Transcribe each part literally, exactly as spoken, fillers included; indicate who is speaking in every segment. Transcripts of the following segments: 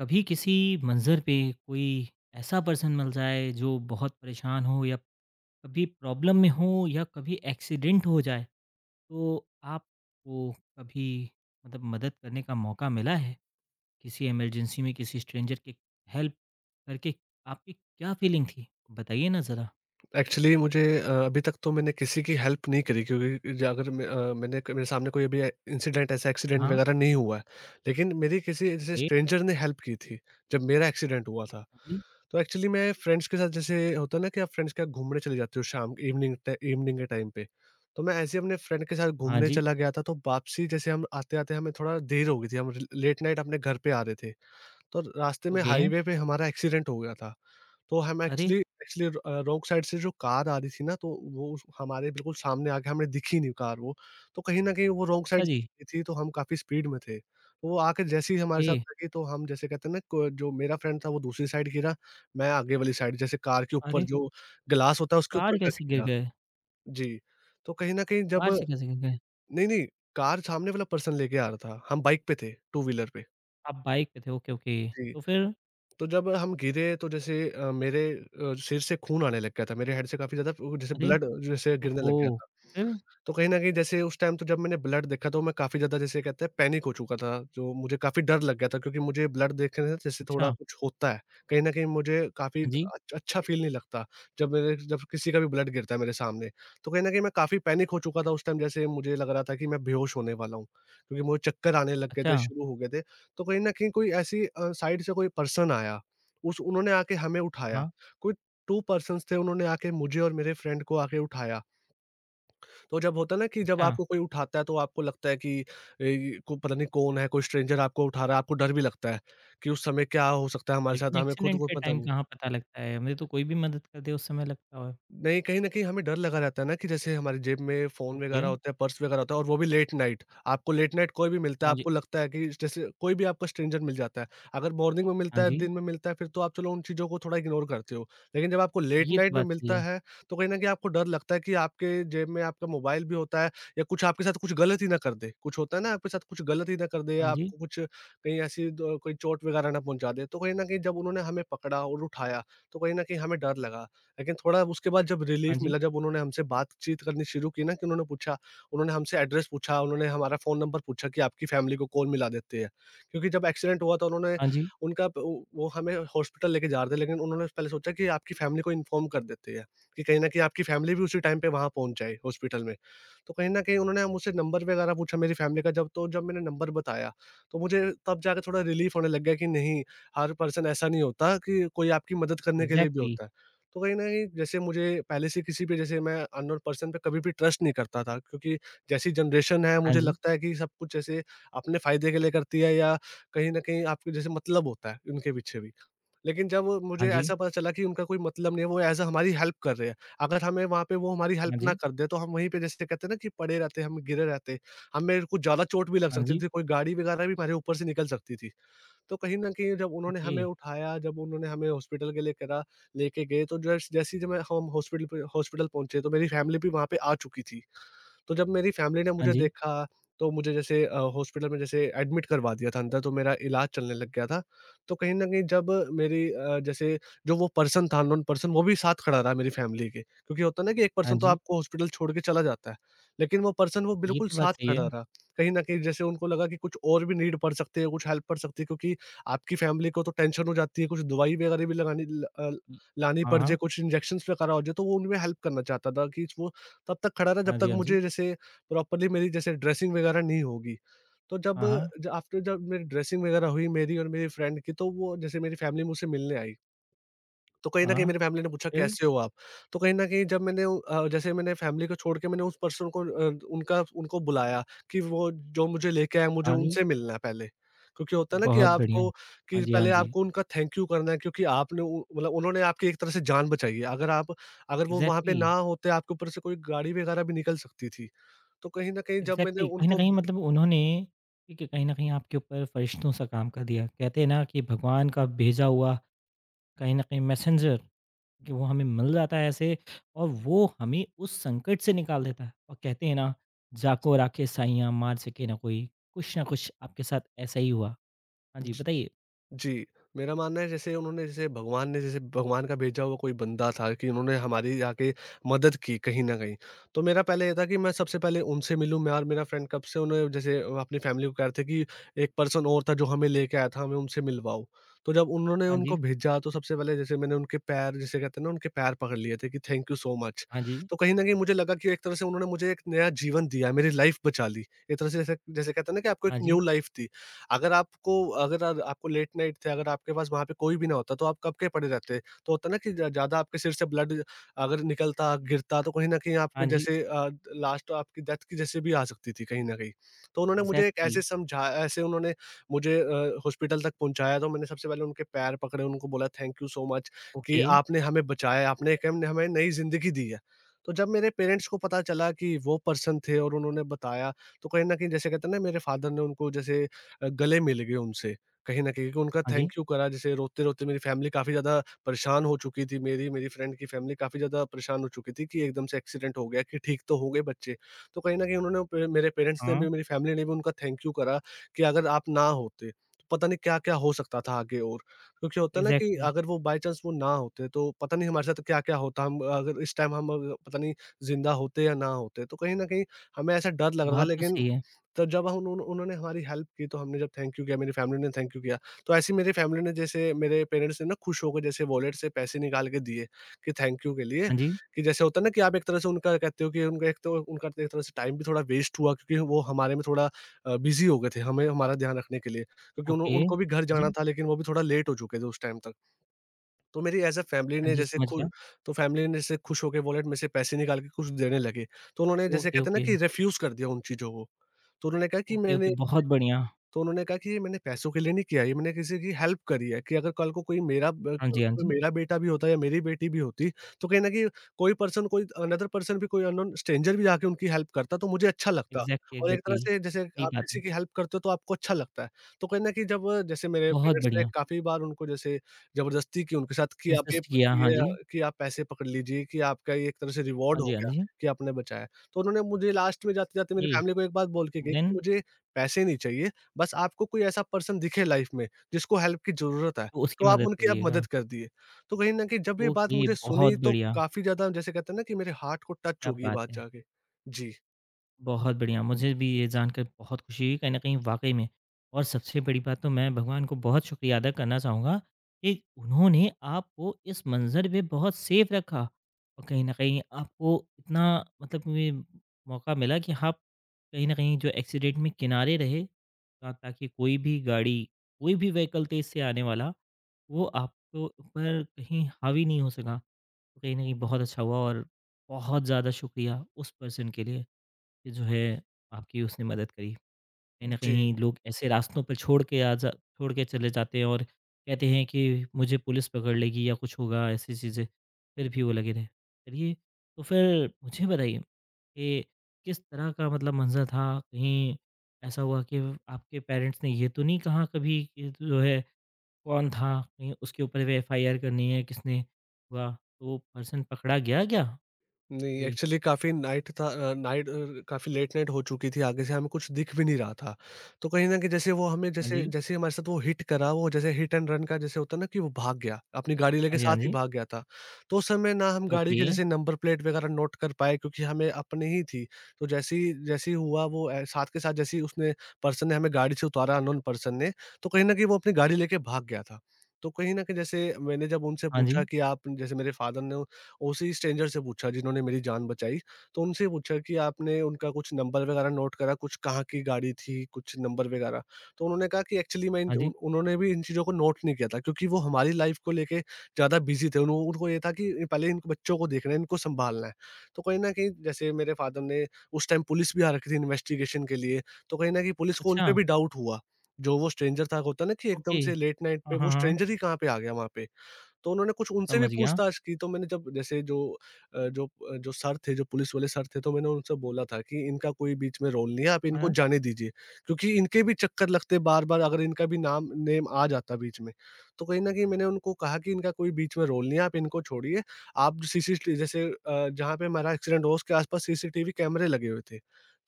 Speaker 1: कभी किसी मंज़र पे कोई ऐसा पर्सन मिल जाए जो बहुत परेशान हो या कभी प्रॉब्लम में हो या कभी एक्सीडेंट हो जाए तो आपको कभी मतलब मदद करने का मौका मिला है किसी इमरजेंसी में किसी स्ट्रेंजर की हेल्प करके आपकी क्या फीलिंग थी बताइए ना ज़रा?
Speaker 2: एक्चुअली मुझे अ, अभी तक तो मैंने किसी की हेल्प नहीं करी क्योंकि ज अगर मैं अ, मैंने मेरे सामने कोई अभी इंसिडेंट ऐसा एक्सीडेंट
Speaker 1: हाँ,
Speaker 2: वगैरह नहीं हुआ है। लेकिन मेरी किसी जैसे
Speaker 1: ओके,
Speaker 2: स्ट्रेंजर ने हेल्प की थी, जब मेरा एक्सीडेंट हुआ था।
Speaker 1: हाँ जी,
Speaker 2: तो एक्चुअली मैं फ्रेंड्स के साथ जैसे होता है ना कि आप फ्रेंड्स के साथ घूमने चले जाते हो शाम इवनिंग ट इवनिंग के टाइम पे। तो मैं ऐसे ही अपने फ्रेंड के साथ
Speaker 1: हाँ
Speaker 2: घूमने
Speaker 1: जी,
Speaker 2: चला गया था तो वापसी जैसे हम आते-आते हमें थोड़ा देर हो गई थी, हम लेट नाइट अपने घर पे आ रहे थे। तो रास्ते में
Speaker 1: ओके,
Speaker 2: हाईवे पे हमारा एक्सीडेंट हो गया था। तो हम
Speaker 1: अरे!
Speaker 2: एक्चुअली एक्चुअली र अ, रॉन्ग साइड से जो कार आ रही थी ना, तो वो उस हमारे बिल्कुल सामने आ के हमें दिखी नहीं कार वो। तो कहीं न कहीं वो रॉन्ग
Speaker 1: अच्छा
Speaker 2: साइड से
Speaker 1: जी,
Speaker 2: आ रही थी, तो हम काफ़ी स्पीड में थे। तो वो आके जैसे ही हमारे साथ
Speaker 1: ए
Speaker 2: लगी, तो हम जैसे कहते हैं ना को जो मेरा फ्रेंड था, वो दूसरी साइड गिरा, मैं आगे वाली साइड जैसे कार के ऊपर
Speaker 1: अरे!
Speaker 2: जो ग्लास होता है,
Speaker 1: तो
Speaker 2: उसके ऊपर
Speaker 1: कार
Speaker 2: जाके
Speaker 1: कैसे गिर
Speaker 2: गिरा।
Speaker 1: गए?
Speaker 2: जी। तो कहीं न कहीं जब
Speaker 1: कार से कैसे गिर गए?
Speaker 2: नहीं, नहीं, कार सामने वाला पर्सन लेके आ रहा था, हम बाइक पे थे, टू व्हीलर पे।
Speaker 1: आप बाइक पे थे, ओके, ओके,
Speaker 2: जी।
Speaker 1: तो फिर?
Speaker 2: तो जब हम गिरे तो जैसे अ, मेरे अ, सिर से खून आने लग गया था, मेरे हेड से काफ़ी ज़्यादा वो जैसे
Speaker 1: अरे!
Speaker 2: ब्लड जैसे गिरने
Speaker 1: ओहो!
Speaker 2: लग गया था।
Speaker 1: फिर?
Speaker 2: तो कहीं न कहीं जैसे उस टाइम तो जब मैंने ब्लड देखा तो मैं काफ़ी ज़्यादा जैसे कहते हैं पैनिक हो चुका था, जो मुझे काफ़ी डर लग गया था क्योंकि मुझे ब्लड देखने से जैसे थोड़ा
Speaker 1: अच्छा,
Speaker 2: कुछ होता है। कहीं न कहीं मुझे काफ़ी
Speaker 1: हाँ जी,
Speaker 2: अच अच्छा फ़ील नहीं लगता, जब मेरे जब किसी का भी ब्लड गिरता है मेरे सामने। तो कहीं न कहीं मैं काफ़ी पैनिक हो चुका था उस टाइम जैसे मुझे लग रहा था कि मैं बेहोश होने वाला हूँ, क्योंकि मुझे चक्कर आने लग गए
Speaker 1: अच्छा,
Speaker 2: थे, शुरू हो गए थे। तो कहीं न कहीं कोई ऐसी अ, साइड से कोई पर्सन आया, उस उन्होंने आके हमें उठाया।
Speaker 1: हाँ,
Speaker 2: कोई दो पर्सन्स थे उन्होंने आके मुझे और मेरे फ्रेंड को आके उठाया। तो जब होता है ना कि जब
Speaker 1: अच्छा।
Speaker 2: आपको कोई उठाता है तो आपको लगता है कि ए, को पता नहीं कौन है, कोई स्ट्रेंजर आपको उठा रहा है, आपको डर भी लगता है कि उस समय क्या हो सकता है हमारे
Speaker 1: लेकिन
Speaker 2: साथ, हमें खुद
Speaker 1: एक्सीडेंट
Speaker 2: को
Speaker 1: के
Speaker 2: पता
Speaker 1: टाइम
Speaker 2: नहीं।
Speaker 1: कहाँ पता लगता है, हमें तो कोई भी मदद कर दे उस समय लगता है।
Speaker 2: नहीं, कहीं न कहीं हमें डर लगा रहता है ना कि जैसे हमारी जेब में फ़ोन
Speaker 1: ओके,
Speaker 2: वगैरह होता है, पर्स वगैरह होता है और वो भी लेट नाइट। आपको लेट नाइट कोई भी मिलता है,
Speaker 1: हाँ जी,
Speaker 2: आपको लगता है कि जैसे कोई भी आपका स्ट्रेंजर मिल जाता है। अगर मॉर्निंग में
Speaker 1: हाँ
Speaker 2: मिलता है,
Speaker 1: जी,
Speaker 2: दिन में मिलता है, फिर तो आप चलो उन चीज़ों को थोड़ा इग्नोर करते हो। लेकिन जब आपको लेट
Speaker 1: ये तो
Speaker 2: नाइट में
Speaker 1: बात सही
Speaker 2: मिलता
Speaker 1: है।
Speaker 2: है, तो कहीं न कहीं आपको डर लगता है कि आपके जेब में आपका मोबाइल भी होता है या कुछ आपके साथ कुछ गलत ही ना कर दे। कुछ होता है ना, आपके साथ कुछ गलत ही ना कर दे
Speaker 1: हाँ
Speaker 2: या
Speaker 1: जी,
Speaker 2: आपको कुछ कहीं ऐसी द कोई चोट वगैरह ना पहुँचा दे। तो कहीं न कहीं जब उन्होंने हमें पकड़ा और उठाया, तो कहीं न कहीं हमें डर लगा। लेकिन थोड़ा उसके बाद जब
Speaker 1: हाँ
Speaker 2: रिलीफ
Speaker 1: जी,
Speaker 2: मिला, जब उन्होंने हमसे बातचीत करनी शुरू की ना कि उन्होंने पूछा, उन्होंने हमसे एड्रेस पूछा, उन्होंने हमारा फ़ोन नंबर पूछा कि आपकी फ़ैमिली को कौन मिला देती है। क्योंकि जब एक्सीडेंट हुआ था उन्होंने
Speaker 1: हाँ जी,
Speaker 2: उनका प वो वो हमें हॉस्पिटल लेके जा रहे थे, लेकिन उन्होंने पहले सोचा कि आपकी फ़ैमिली को इन्फॉर्म कर देते हैं, कि कहीं न कहीं आपकी फ़ैमिली भी उसी टाइम पे वहाँ पहुँच जाए हॉस्पिटल में। तो कहीं न कहीं उन्होंने मुझसे नंबर वगैरह पूछा मेरी फ़ैमिली का, जब तो जब मैंने नंबर बताया, तो मुझे तब जाके थोड़ा रिलीफ होने लग गया कि नहीं, हर पर्सन ऐसा नहीं होता, कि कोई आपकी मदद करने के लिए भी
Speaker 1: एग्ज़ैक्टली।
Speaker 2: होता है। तो कहीं न कहीं जैसे मुझे पहले से किसी पे जैसे मैं अननोन पर्सन पे कभी भी ट्रस्ट नहीं करता था, क्योंकि जैसी जनरेशन है
Speaker 1: हाँ
Speaker 2: मुझे
Speaker 1: जी,
Speaker 2: लगता है कि सब कुछ जैसे अपने फ़ायदे के लिए करती है या कहीं न कहीं आपके जैसे मतलब होता है उनके पीछे भी। लेकिन जब
Speaker 1: हाँ
Speaker 2: मुझे
Speaker 1: जी,
Speaker 2: ऐसा पता चला कि उनका कोई मतलब नहीं है, वो ऐज़ अ हमारी हेल्प कर रहे हैं। अगर हमें वहाँ पे वो हमारी
Speaker 1: हाँ
Speaker 2: हेल्प ना
Speaker 1: जी,
Speaker 2: कर दे तो हम वहीं पे जैसे कहते हैं ना कि पड़े रहते, हम गिरे रहते। हमें कुछ ज़्यादा चोट भी लग
Speaker 1: हाँ
Speaker 2: सकती
Speaker 1: जी,
Speaker 2: थी, कोई गाड़ी वगैरह भी हमारे ऊपर से निकल सकती थी। तो कहीं न कहीं जब उन्होंने
Speaker 1: ओके,
Speaker 2: हमें उठाया, जब उन्होंने हमें हॉस्पिटल के लिए करा लेके गए तो जस्ट जैसे ही जब मैं हम हॉस्पिटल पे हॉस्पिटल पहुँचे तो मेरी फैमिली भी वहाँ पे आ चुकी थी। तो जब मेरी फैमिली ने
Speaker 1: हाँ
Speaker 2: मुझे
Speaker 1: जी,
Speaker 2: देखा, तो मुझे जैसे अ, हॉस्पिटल में जैसे एडमिट करवा दिया था अंदर, तो मेरा इलाज चलने लग गया था। तो कहीं न कहीं जब मेरी अ, जैसे जो वो पर्सन था अननोन पर्सन वो भी साथ खड़ा रहा मेरी फैमिली के, क्योंकि होता है ना कि एक
Speaker 1: हाँ
Speaker 2: पर्सन तो
Speaker 1: जी,
Speaker 2: आपको हॉस्पिटल छोड़ के चला जाता है, लेकिन वो पर्सन वो
Speaker 1: ये
Speaker 2: बिल्कुल
Speaker 1: तो बात
Speaker 2: साथ
Speaker 1: सही
Speaker 2: खड़ा
Speaker 1: है।
Speaker 2: रहा। कहीं न कहीं जैसे उनको लगा कि कुछ और भी नीड पड़ सकती है, कुछ हेल्प पड़ सकती है, क्योंकि आपकी फैमिली को तो टेंशन हो जाती है, कुछ दवाई वगैरह भी लगानी ल अ,
Speaker 1: इ
Speaker 2: लानी
Speaker 1: हाँ,
Speaker 2: पड़ जाए,
Speaker 1: हाँ,
Speaker 2: कुछ इंजेक्शंस वगैरह हो जाए, तो वो उनमें हेल्प करना चाहता था कि वो तब तक खड़ा रहा जब
Speaker 1: हाँ
Speaker 2: तक
Speaker 1: जी, हाँ जी,
Speaker 2: मुझे जैसे प्रॉपरली मेरी जैसे ड्रेसिंग वगैरह नहीं होगी। तो जब
Speaker 1: हाँ, हाँ,
Speaker 2: ज आफ्टर जब after जब मेरी ड्रेसिंग वगैरह हुई मेरी और मेरी फ्रेंड की तो वो जैसे मेरी फैमिली मुझसे मिलने आई। तो कहीं न कहीं
Speaker 1: हाँ,
Speaker 2: मेरी फैमिली ने पूछा
Speaker 1: फिर?
Speaker 2: कैसे हो आप? तो कहीं न कहीं जब मैंने उ- अ, जैसे मैंने फैमिली को छोड़ के मैंने उस पर्सन को अ, उनका उनको बुलाया कि वो जो मुझे लेके आए मुझे
Speaker 1: हाँ जी,
Speaker 2: उनसे मिलना है पहले। क्योंकि होता है ना कि
Speaker 1: बहुत बढ़िया।
Speaker 2: आपको कि
Speaker 1: हाँ जी, हाँ
Speaker 2: पहले
Speaker 1: जी,
Speaker 2: आपको उनका थैंक यू करना है, क्योंकि आपने उ मतलब उन्होंने आपकी एक तरह से जान बचाई है। अगर आप अगर वो वहाँ पे
Speaker 1: एग्ज़ैक्टली।
Speaker 2: ना होते आपके ऊपर से कोई गाड़ी वगैरह भी निकल सकती थी। तो कहीं न कहीं जब मैंने
Speaker 1: एग्ज़ैक्टली, कहीं न
Speaker 2: उनको
Speaker 1: कहीं
Speaker 2: ब
Speaker 1: मतलब उन्होंने ठीक है, कहीं न कहीं आपके ऊपर फ़रिश्तों सा काम कर दिया। कहते हैं ना कि भगवान का भेजा हुआ कहीं न कहीं मैसेंजर कि वो हमें मिल जाता है ऐसे और वो हमें उस संकट से निकाल देता है। और कहते हैं ना, जाको राखे साइयाँ मार सके ना कोई, कुछ ना कुछ आपके साथ ऐसा ही हुआ। हाँ जी, बताइए?
Speaker 2: जी, मेरा मानना है जैसे उन्होंने जैसे भगवान ने जैसे भगवान का भेजा हुआ कोई बंदा था कि उन्होंने हमारी आके मदद की कहीं न कहीं। तो मेरा पहले ये था कि मैं सबसे पहले उनसे मिलूँ, मैं और मेरा फ्रेंड कब से उन्हें जैसे अपनी फैमिली को कह रहे थे कि एक पर्सन और था जो हमें लेके आया था, हमें उनसे मिलवाओ। तो जब उन्होंने
Speaker 1: हाँ जी,
Speaker 2: उनको भेजा तो सबसे पहले जैसे मैंने उनके पैर जिसे कहते हैं ना उनके पैर पकड़ लिए थे कि थैंक यू सो मच।
Speaker 1: हाँ जी,
Speaker 2: तो कहीं न कहीं मुझे लगा कि एक तरह से उन्होंने मुझे एक नया जीवन दिया, मेरी लाइफ़ बचा ली। एक तरह से जैसे जैसे कहते हैं ना कि आपको एक
Speaker 1: हाँ जी,
Speaker 2: न्यू लाइफ़ दी। अगर आपको अगर अ, आपको लेट नाइट थे, अगर आपके पास वहाँ पे कोई भी ना होता तो आप कब के पड़े रहते। तो होता है ना कि ज ज़्यादा आपके सिर से ब्लड अगर निकलता, गिरता तो कहीं न कहीं
Speaker 1: हाँ
Speaker 2: आपके
Speaker 1: जी।
Speaker 2: जैसे अ, लास्ट तो आपकी डेथ की जैसे भी आ सकती थी कहीं न कहीं। तो उन्होंने मुझे एक
Speaker 1: एग्ज़ैक्टली,
Speaker 2: ऐसे समझा ऐसे उन्होंने मुझे अ, हॉस्पिटल तक पहुँचाया तो मैंने सबसे पहले उनके पैर पकड़े, उनको बोला थैंक यू सो मच कि
Speaker 1: ओके,
Speaker 2: आपने हमें बचाया, आपने एक हमने हमें नई ज़िंदगी दी है। तो जब मेरे पेरेंट्स को पता चला कि वो पर्सन थे और उन्होंने बताया, तो कहीं न कहीं जैसे कहते हैं ना मेरे फादर ने उनको जैसे अ, गले मिल गए उनसे कहीं न कहीं कि उनका
Speaker 1: हाँ जी,
Speaker 2: थैंक यू करा, जैसे रोते-रोते मेरी फैमिली काफ़ी ज़्यादा परेशान हो चुकी थी, मेरी, मेरी फ्रेंड की फैमिली काफ़ी ज़्यादा परेशान हो चुकी थी कि एकदम से एक्सीडेंट हो गया, कि ठीक तो हो गए बच्चे। तो कहीं न कहीं उन्होंने पे मेरे पेरेंट्स ने
Speaker 1: हाँ,
Speaker 2: भी मेरी फैमिली ने भी उनका थैंक यू करा कि अगर आप ना होते, तो पता नहीं क्या-क्या हो सकता था आगे और। क्योंकि होता है ना कि
Speaker 1: एग्ज़ैक्टली,
Speaker 2: अगर वो बाय चांस वो ना होते तो पता नहीं हमारे साथ क्या-क्या होता, हम अगर इस टाइम हम अ, पता नहीं ज़िंदा होते या ना होते। तो कहीं न कहीं हमें ऐसा डर लग रहा था,
Speaker 1: बात तो
Speaker 2: लेकिन
Speaker 1: सही है।
Speaker 2: तो जब हम उन्हों उन्होंने हमारी हेल्प की तो हमने जब थैंक यू किया, मेरी फैमिली ने थैंक यू किया। तो ऐसे ही मेरी फैमिली ने जैसे मेरे पेरेंट्स ने ना खुश होकर जैसे वॉलेट से पैसे निकाल के दिए कि थैंक यू के लिए।
Speaker 1: हाँ जी,
Speaker 2: कि जैसे होता है ना कि आप एक तरह से उनका कहते हो कि उनका एक तो उनका एक तरह से टाइम भी थोड़ा वेस्ट हुआ क्योंकि वो हमारे में थोड़ा अ, बिज़ी हो गए थे, हमें हमारा ध्यान रखने के लिए। क्योंकि उन्हों
Speaker 1: ओके,
Speaker 2: उनको भी घर
Speaker 1: हाँ
Speaker 2: जाना
Speaker 1: जी,
Speaker 2: था, लेकिन वो भी थोड़ा लेट हो चुके थे उस टाइम तक। तो मेरी एज़ अ फैमिली
Speaker 1: हाँ
Speaker 2: ने
Speaker 1: जी,
Speaker 2: जैसे
Speaker 1: समझ
Speaker 2: खु
Speaker 1: गया।
Speaker 2: तो फैमिली ने जैसे खुश होके वॉलेट में से पैसे निकाल के कुछ देने लगे। तो उन्होंने जैसे
Speaker 1: ओके,
Speaker 2: कहते हैं ना
Speaker 1: ओके।
Speaker 2: कि रिफ्यूज़ कर दिया उन चीज़ों को। तो उन्होंने कहा कि
Speaker 1: ओके, ओके,
Speaker 2: मैंने
Speaker 1: बहुत बढ़िया।
Speaker 2: तो उन्होंने कहा कि ये मैंने पैसों के लिए नहीं किया, ये मैंने किसी की हेल्प करी है कि अगर कल को कोई मेरा ब कल
Speaker 1: हाँ जी,
Speaker 2: को
Speaker 1: हाँ
Speaker 2: कोई
Speaker 1: जी।
Speaker 2: मेरा बेटा भी होता या मेरी बेटी भी होती, तो कहीं न कहीं कोई पर्सन कोई अनदर पर्सन भी, कोई अननोन स्ट्रेंजर भी जाके उनकी हेल्प करता, तो मुझे अच्छा लगता।
Speaker 1: एग्ज़ैक्टली,
Speaker 2: और एक तरह
Speaker 1: एग्ज़ैक्टली।
Speaker 2: से जैसे
Speaker 1: सही
Speaker 2: आप
Speaker 1: बात
Speaker 2: किसी
Speaker 1: है।
Speaker 2: की हेल्प करते हो तो आपको अच्छा लगता है। तो कहीं न कहीं जब अ, जैसे मेरे
Speaker 1: बहुत
Speaker 2: पेरेंट्स ने
Speaker 1: बढ़िया।
Speaker 2: काफ़ी बार उनको जैसे ज़बरदस्ती की उनके साथ कि आप ये
Speaker 1: इंसिस्ट
Speaker 2: प
Speaker 1: किया, हाँ
Speaker 2: ये
Speaker 1: जी।
Speaker 2: कि आप पैसे पकड़ लीजिए कि आपका ये एक तरह से रिवॉर्ड
Speaker 1: हाँ जी,
Speaker 2: हो
Speaker 1: हाँ
Speaker 2: गया
Speaker 1: जी।
Speaker 2: कि आपने बचाया। तो उन्होंने मुझे लास्ट में जाते-जाते मेरी
Speaker 1: ये
Speaker 2: फैमिली को एक बात बोल के गई कि
Speaker 1: देन
Speaker 2: मुझे पैसे नहीं चाहिए, बस आपको कोई ऐसा पर्सन दिखे लाइफ में जिसको हेल्प की ज़रूरत है,
Speaker 1: तो उसकी
Speaker 2: तो आप
Speaker 1: मदद
Speaker 2: उनकी आप
Speaker 1: करिएगा।
Speaker 2: मदद कर दिए। तो कहीं न कहीं जब ये बात
Speaker 1: ओके,
Speaker 2: मुझे
Speaker 1: बहुत
Speaker 2: सुनी तो
Speaker 1: बढ़िया।
Speaker 2: काफ़ी ज़्यादा, जैसे कहते हैं ना कि मेरे हार्ट को टच
Speaker 1: क्या
Speaker 2: होगी ये
Speaker 1: बात
Speaker 2: बात
Speaker 1: है!
Speaker 2: जाके। जी,
Speaker 1: बहुत बढ़िया, मुझे भी ये जानकर बहुत खुशी हुई कहीं न कहीं वाक़ई में। और सबसे बड़ी बात, तो मैं भगवान को बहुत शुक्रिया अदा करना चाहूँगा कि उन्होंने आपको इस मंज़र पे बहुत सेफ रखा और कहीं न कहीं आपको इतना मतलब ये मौका मिला कि आप कहीं न कहीं जो एक्सीडेंट में किनारे रहे ता ताकि कोई भी गाड़ी, कोई भी व्हीकल तेज़ से आने वाला, वो आपको ऊपर कहीं हावी नहीं हो सका। तो कहीं न कहीं बहुत अच्छा हुआ और बहुत ज़्यादा शुक्रिया उस पर्सन के लिए। कि जो है आपकी उसने मदद करी। कहीं न
Speaker 2: जी।
Speaker 1: कहीं लोग ऐसे रास्तों पर छोड़ के आ जा छोड़ के चले जाते हैं और कहते हैं कि मुझे पुलिस पकड़ लेगी या कुछ होगा ऐसी चीज़ें, फिर भी वो लगे रहे। चलिए, तो फिर मुझे बताइए कि किस तरह का मतलब मंज़र था? कहीं ऐसा हुआ कि आपके पेरेंट्स ने ये तो नहीं कहा कभी कि जो है कौन था? कहीं उसके ऊपर भी एफ आई आर करनी है किसने हुआ? तो वो पर्सन पकड़ा गया क्या?
Speaker 2: नहीं,
Speaker 1: जी।
Speaker 2: एक्चुअली काफ़ी नाइट था, अ, नाइट अ, काफ़ी लेट नाइट हो चुकी थी, आगे से हमें कुछ दिख भी नहीं रहा था। तो कहीं न कहीं जैसे वो हमें
Speaker 1: हाँ
Speaker 2: जैसे
Speaker 1: जी।
Speaker 2: जैसे ही हमारे साथ वो हिट करा, वो जैसे हिट एंड रन का जैसे होता है ना कि वो भाग गया, अपनी गाड़ी
Speaker 1: हाँ
Speaker 2: लेके
Speaker 1: जी, हाँ
Speaker 2: साथ ही
Speaker 1: जी।
Speaker 2: भाग गया था। तो उस समय ना हम गाड़ी
Speaker 1: ओके।
Speaker 2: के जैसे नंबर प्लेट वगैरह नोट कर पाए, क्योंकि हमें अपनी ही थी। तो जैसे ही जैसे ही हुआ वो, अ, साथ के साथ जैसे ही उसने पर्सन ने हमें गाड़ी से उतारा, अननोन पर्सन ने, तो कहीं न कहीं वो अपनी गाड़ी लेके भाग गया था। तो कहीं न कहीं जैसे मैंने जब उनसे
Speaker 1: हाँ जी,
Speaker 2: पूछा कि आप जैसे मेरे फादर ने उसी स्ट्रेंजर से पूछा जिन्होंने मेरी जान बचाई, तो उनसे पूछा कि आपने उनका कुछ नंबर वगैरह नोट करा, कुछ कहाँ की गाड़ी थी, कुछ नंबर वगैरह। तो उन्होंने कहा कि एक्चुअली मैं इन
Speaker 1: हाँ जी।
Speaker 2: उन उन्होंने भी इन चीज़ों को नोट नहीं किया था क्योंकि वो हमारी लाइफ़ को लेके ज़्यादा बिज़ी थे। उन्हो उनको ये था कि पहले इन बच्चों को देखना है, इनको सँभालना है। तो कहीं न कहीं जैसे मेरे फ़ादर ने उस टाइम पुलिस भी आ रखी थी इन्वेस्टिगेशन के लिए, तो कहीं न कहीं पुलिस को उन पे
Speaker 1: अच्छा,
Speaker 2: भी डाउट हुआ। जो वो स्ट्रेंजर था, होता है ना कि
Speaker 1: ओके।
Speaker 2: एकदम से लेट नाइट
Speaker 1: हाँ,
Speaker 2: पे
Speaker 1: हाँ,
Speaker 2: वो
Speaker 1: हाँ,
Speaker 2: स्ट्रेंजर ही कहाँ पे आ गया वहाँ पे? तो उन्होंने कुछ उनसे भी
Speaker 1: समझ गया।
Speaker 2: पूछताछ की। तो मैंने जब जैसे जो अ, जो अ, जो सर थे, जो पुलिस वाले सर थे, तो मैंने उनसे बोला था कि इनका कोई बीच में रोल नहीं है, आप इनको
Speaker 1: हाँ,
Speaker 2: जाने दीजिए। क्योंकि इनके भी चक्कर लगते बार-बार अगर इनका भी नाम नेम आ जाता बीच में। तो कहीं न कहीं मैंने उनको कहा कि इनका कोई बीच में रोल नहीं है, आप इनको छोड़िए। आप सीसीटी जैसे अ, जहाँ पे हमारा एक्सीडेंट हुआ उसके आस-पास सीसीटीवी कैमरे लगे हुए थे।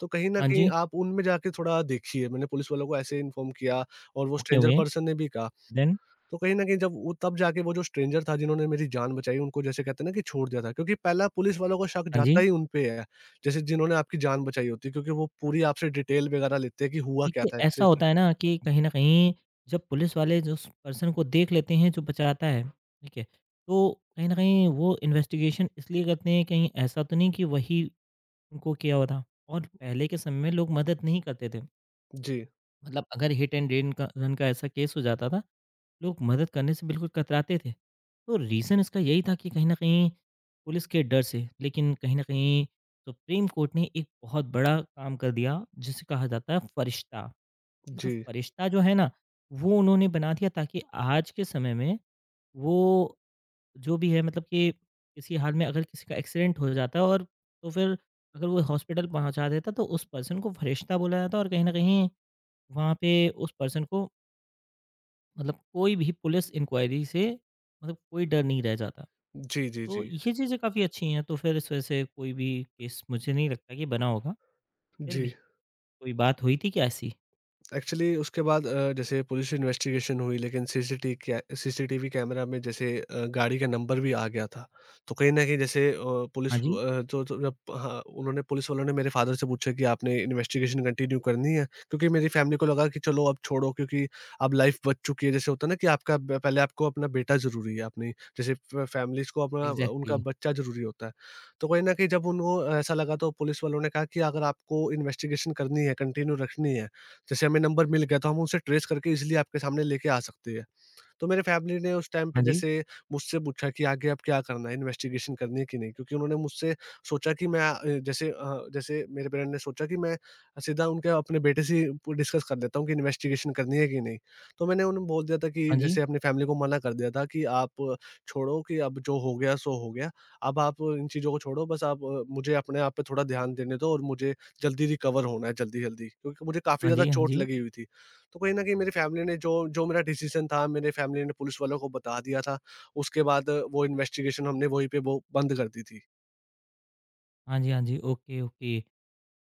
Speaker 2: तो कहीं न
Speaker 1: हाँ
Speaker 2: कहीं
Speaker 1: जी,
Speaker 2: आप उनमें जाके थोड़ा देखिए। मैंने पुलिस वालों को ऐसे इन्फॉर्म किया और वो
Speaker 1: ओके,
Speaker 2: स्ट्रेंजर
Speaker 1: ओके,
Speaker 2: पर्सन ने भी कहा।
Speaker 1: देन?
Speaker 2: तो कहीं न कहीं जब वो तब जाके वो जो स्ट्रेंजर था जिन्होंने मेरी जान बचाई, उनको जैसे कहते हैं ना कि छोड़ दिया था, क्योंकि पहला पुलिस वालों का शक
Speaker 1: हाँ जी।
Speaker 2: जाता ही उन पे है। जैसे जिन्होंने आपकी जान बचाई होती है, क्योंकि वो पूरी आपसे डिटेल वगैरह लेते हैं कि हुआ क्या
Speaker 1: देखिए,
Speaker 2: था
Speaker 1: ऐसा
Speaker 2: एक्चुअली में।
Speaker 1: होता है ना कि कहीं न कहीं जब पुलिस वाले जो उस पर्सन को देख लेते हैं जो बचाता है, ठीक है, तो कहीं न कहीं वो इन्वेस्टिगेशन इसलिए करते हैं कहीं ऐसा तो नहीं कि वही उनको किया हुआ था और पहले के समय में लोग मदद नहीं करते थे।
Speaker 2: जी,
Speaker 1: मतलब अगर हिट एंड रेन का रन का ऐसा केस हो जाता था लोग मदद करने से बिल्कुल कतराते थे। तो रीज़न इसका यही था कि कहीं न कहीं पुलिस के डर से, लेकिन कहीं न कहीं सुप्रीम कोर्ट ने एक बहुत बड़ा काम कर दिया, जिसे कहा जाता है फ़रिश्ता। एक तो
Speaker 2: जी।
Speaker 1: फ़रिश्ता जो है ना, वो उन्होंने बना दिया ताकि आज के समय में वो जो भी है मतलब कि किसी हाल में अगर किसी का एक्सीडेंट हो जाता है और तो फिर अगर वो हॉस्पिटल पहुँचा देता तो उस पर्सन को फ़रिश्ता बोला जाता और कहीं न कहीं वहाँ पे उस पर्सन को मतलब कोई भी पुलिस इंक्वायरी से मतलब कोई डर नहीं रह जाता।
Speaker 2: जी, जी,
Speaker 1: तो
Speaker 2: जी।
Speaker 1: ये चीज़ें काफ़ी अच्छी हैं, तो फिर इस वजह से कोई भी केस मुझे नहीं लगता कि बना होगा। फिर भी
Speaker 2: जी।
Speaker 1: कोई बात हुई थी क्या ऐसी?
Speaker 2: एक्चुअली उसके बाद अ, जैसे पुलिस इन्वेस्टिगेशन हुई, लेकिन सीसीटी कै सीसीटीवी कैमरा में जैसे अ, गाड़ी का नंबर भी आ गया था। तो कहीं न कहीं जैसे अ, पुलिस
Speaker 1: हाँ जी,
Speaker 2: अ, जो जो जब हाँ, उन्होंने पुलिस वालों ने मेरे फादर से पूछा कि आपने इन्वेस्टिगेशन कंटिन्यू करनी है? क्योंकि मेरी फैमिली को लगा कि चलो अब छोड़ो, क्योंकि अब लाइफ बच चुकी है। जैसे होता है ना कि आपका ब पहले आपको अपना बेटा ज़रूरी है, अपनी जैसे फ फैमिलीज़ को अपना उनका
Speaker 1: एग्ज़ैक्टली।
Speaker 2: बच्चा ज़रूरी होता है। तो कहीं न कहीं जब उनको ऐसा लगा, तो पुलिस वालों ने कहा कि अगर आपको इन्वेस्टिगेशन करनी है, कंटिन्यू रखनी है, जैसे हमें नंबर मिल गया तो हम उसे ट्रेस करके इज़िली आपके सामने लेके आ सकते हैं। तो मेरे फैमिली ने उस टाइम
Speaker 1: हाँ
Speaker 2: पे
Speaker 1: जी,
Speaker 2: जैसे मुझसे पूछा कि आगे अब क्या करना है, इन्वेस्टिगेशन करनी है कि नहीं? क्योंकि उन्होंने मुझसे सोचा कि मैं अ, जैसे अ, जैसे मेरे पेरेंट ने सोचा कि मैं सीधा उनके अपने बेटे से ही डिस्कस कर लेता हूँ कि इन्वेस्टिगेशन करनी है कि नहीं? तो मैंने उन्हें बोल दिया था कि
Speaker 1: हाँ जी,
Speaker 2: जैसे अपनी फैमिली को मना कर दिया था कि आप छोड़ो कि अब जो हो गया सो हो गया। अब आप इन चीज़ों को छोड़ो, बस आप अ, मुझे अपने आप पे थोड़ा ध्यान देने दो और मुझे जल्दी रिकवर होना है जल्दी-जल्दी, क्योंकि मुझे काफ़ी
Speaker 1: हाँ
Speaker 2: ज़्यादा
Speaker 1: जी, हाँ
Speaker 2: चोट
Speaker 1: जी।
Speaker 2: लगी हुई थी। तो कहीं न कहीं मेरी फैमिली ने जो जो मेरा डिसीज़न था, मेरे फैमिली ने पुलिस वालों को बता दिया था। उसके बाद वो इन्वेस्टिगेशन हमने वहीं पे वो बंद कर दी थी।
Speaker 1: हाँ जी, हाँ जी, ओके, ओके।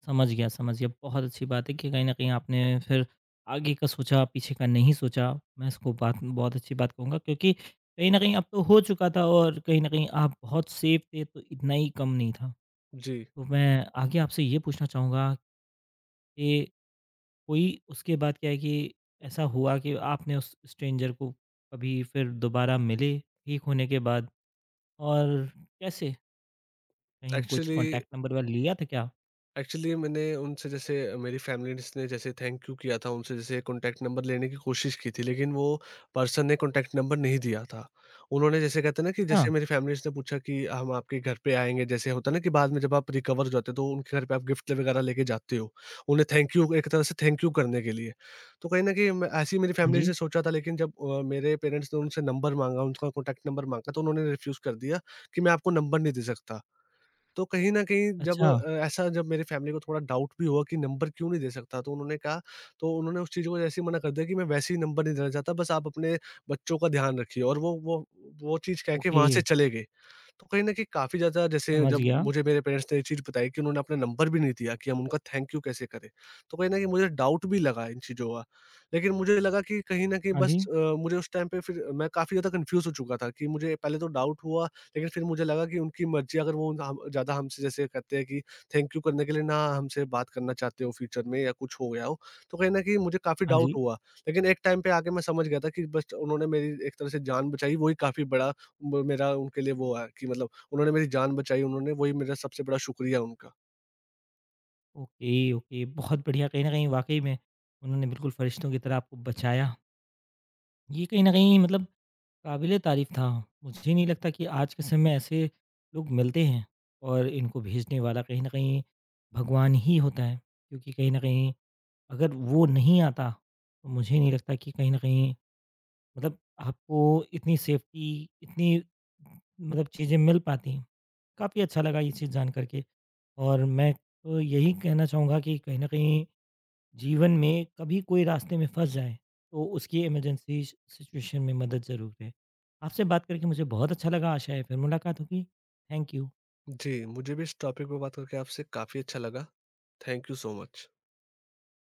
Speaker 1: समझ गया, समझ गया। बहुत अच्छी बात है कि कहीं न कहीं आपने फिर आगे का सोचा, पीछे का नहीं सोचा। मैं इसको बात बहुत अच्छी बात कहूँगा क्योंकि कहीं न कहीं अब तो हो चुका था और कहीं न कहीं आप बहुत सेफ थे, तो इतना ही कम नहीं था।
Speaker 2: जी,
Speaker 1: तो मैं आगे आपसे ये पूछना चाहूँगा कि कोई उसके बाद क्या है कि ऐसा हुआ कि आपने उस स्ट्रेंजर को कभी फिर दोबारा मिले ठीक होने के बाद और कैसे? कहीं कुछ
Speaker 2: एक्चुअली
Speaker 1: कॉन्टैक्ट नंबर वगैरह लिया था क्या?
Speaker 2: एक्चुअली मैंने उनसे जैसे मेरी फैमिलीज़ ने जैसे थैंक यू किया था, उनसे जैसे कॉन्टैक्ट नंबर लेने की कोशिश की थी, लेकिन वो पर्सन ने कॉन्टैक्ट नंबर नहीं दिया था। उन्होंने जैसे कहते हैं ना कि
Speaker 1: अच्छा,
Speaker 2: जैसे मेरी फैमिलीज़ ने पूछा कि हम आपके घर पे आएँगे, जैसे होता है ना कि बाद में जब आप रिकवर हो जाते हो तो उनके घर पे आप गिफ्ट वगैरह लेके जाते हो। उन्हें थैंक यू, एक तरह से थैंक यू करने के लिए। तो कहीं न कहीं मैं ऐसे ही मेरी
Speaker 1: हाँ
Speaker 2: फैमिलीज़
Speaker 1: जी।
Speaker 2: ने सोचा था, लेकिन जब अ, मेरे पेरेंट्स ने उनसे नंबर माँगा, उनका कॉन्टैक्ट नंबर माँगा तो उन्होंने रिफ्यूज़ कर दिया कि मैं आपको नंबर नहीं दे सकता। तो कहीं न कहीं जब
Speaker 1: अच्छा,
Speaker 2: अ, ऐसा जब मेरी फैमिली को थोड़ा डाउट भी हुआ कि नंबर क्यों नहीं दे सकता, तो उन्होंने कहा तो उन्होंने उस चीज़ को जैसे ही मना कर दिया कि मैं वैसे ही नंबर नहीं देना चाहता, बस आप अपने बच्चों का ध्यान रखिए। और वो वो वो चीज़ कह के
Speaker 1: ओके,
Speaker 2: वहाँ से चले गए। तो कहीं न कहीं काफ़ी ज़्यादा जैसे
Speaker 1: समझ
Speaker 2: जब
Speaker 1: गया।
Speaker 2: मुझे मेरे पेरेंट्स ने ये चीज़ बताई कि उन्होंने अपना नंबर भी नहीं दिया कि हम उनका थैंक यू कैसे करें। तो कहीं न कहीं मुझे डाउट भी लगा इन चीज़ों का। लेकिन मुझे लगा कि कहीं न कहीं
Speaker 1: हाँ
Speaker 2: बस
Speaker 1: जी,
Speaker 2: अ, मुझे उस टाइम पे फिर मैं काफ़ी ज़्यादा कन्फ्यूज़ हो चुका था कि मुझे पहले तो डाउट हुआ, लेकिन फिर मुझे लगा कि उनकी मर्ज़ी, अगर वो हम ज़्यादा हमसे जैसे कहते हैं कि थैंक यू करने के लिए ना हमसे बात करना चाहते हो फ्यूचर में या कुछ हो गया हो, तो कहीं न कहीं मुझे काफ़ी
Speaker 1: हाँ
Speaker 2: डाउट
Speaker 1: जी।
Speaker 2: हुआ। लेकिन एक टाइम पे आके मैं समझ गया था कि बस उन्होंने मेरी एक तरह से जान बचाई, वही काफ़ी बड़ा वो मेरा उनके लिए वो है कि मतलब उन्होंने मेरी जान बचाई उन्होंने, वही मेरा सबसे बड़ा शुक्रिया उनका।
Speaker 1: ओके, ओके, बहुत बढ़िया। कहीं न कहीं वाक़ई में उन्होंने बिल्कुल फरिश्तों की तरह आपको बचाया। ये कहीं न कहीं मतलब काबिल-ए-तारीफ़ था। मुझे नहीं लगता कि आज के समय में ऐसे लोग मिलते हैं और इनको भेजने वाला कहीं न कहीं भगवान ही होता है। क्योंकि कहीं न कहीं अगर वो नहीं आता, तो मुझे नहीं लगता कि कहीं न कहीं मतलब आपको इतनी सेफ़्टी, इतनी मतलब चीज़ें मिल पाती हैं। काफ़ी अच्छा लगा ये चीज़ जान कर के और मैं तो यही कहना चाहूँगा कि कहीं न कहीं जीवन में कभी कोई रास्ते में फँस जाए, तो उसकी इमरजेंसी सिचुएशन में मदद ज़रूर है। आपसे बात करके मुझे बहुत अच्छा लगा, आशा है फिर मुलाकात होगी। Thank you.
Speaker 2: जी, मुझे भी इस टॉपिक पे बात करके आपसे काफ़ी अच्छा लगा। Thank you so much.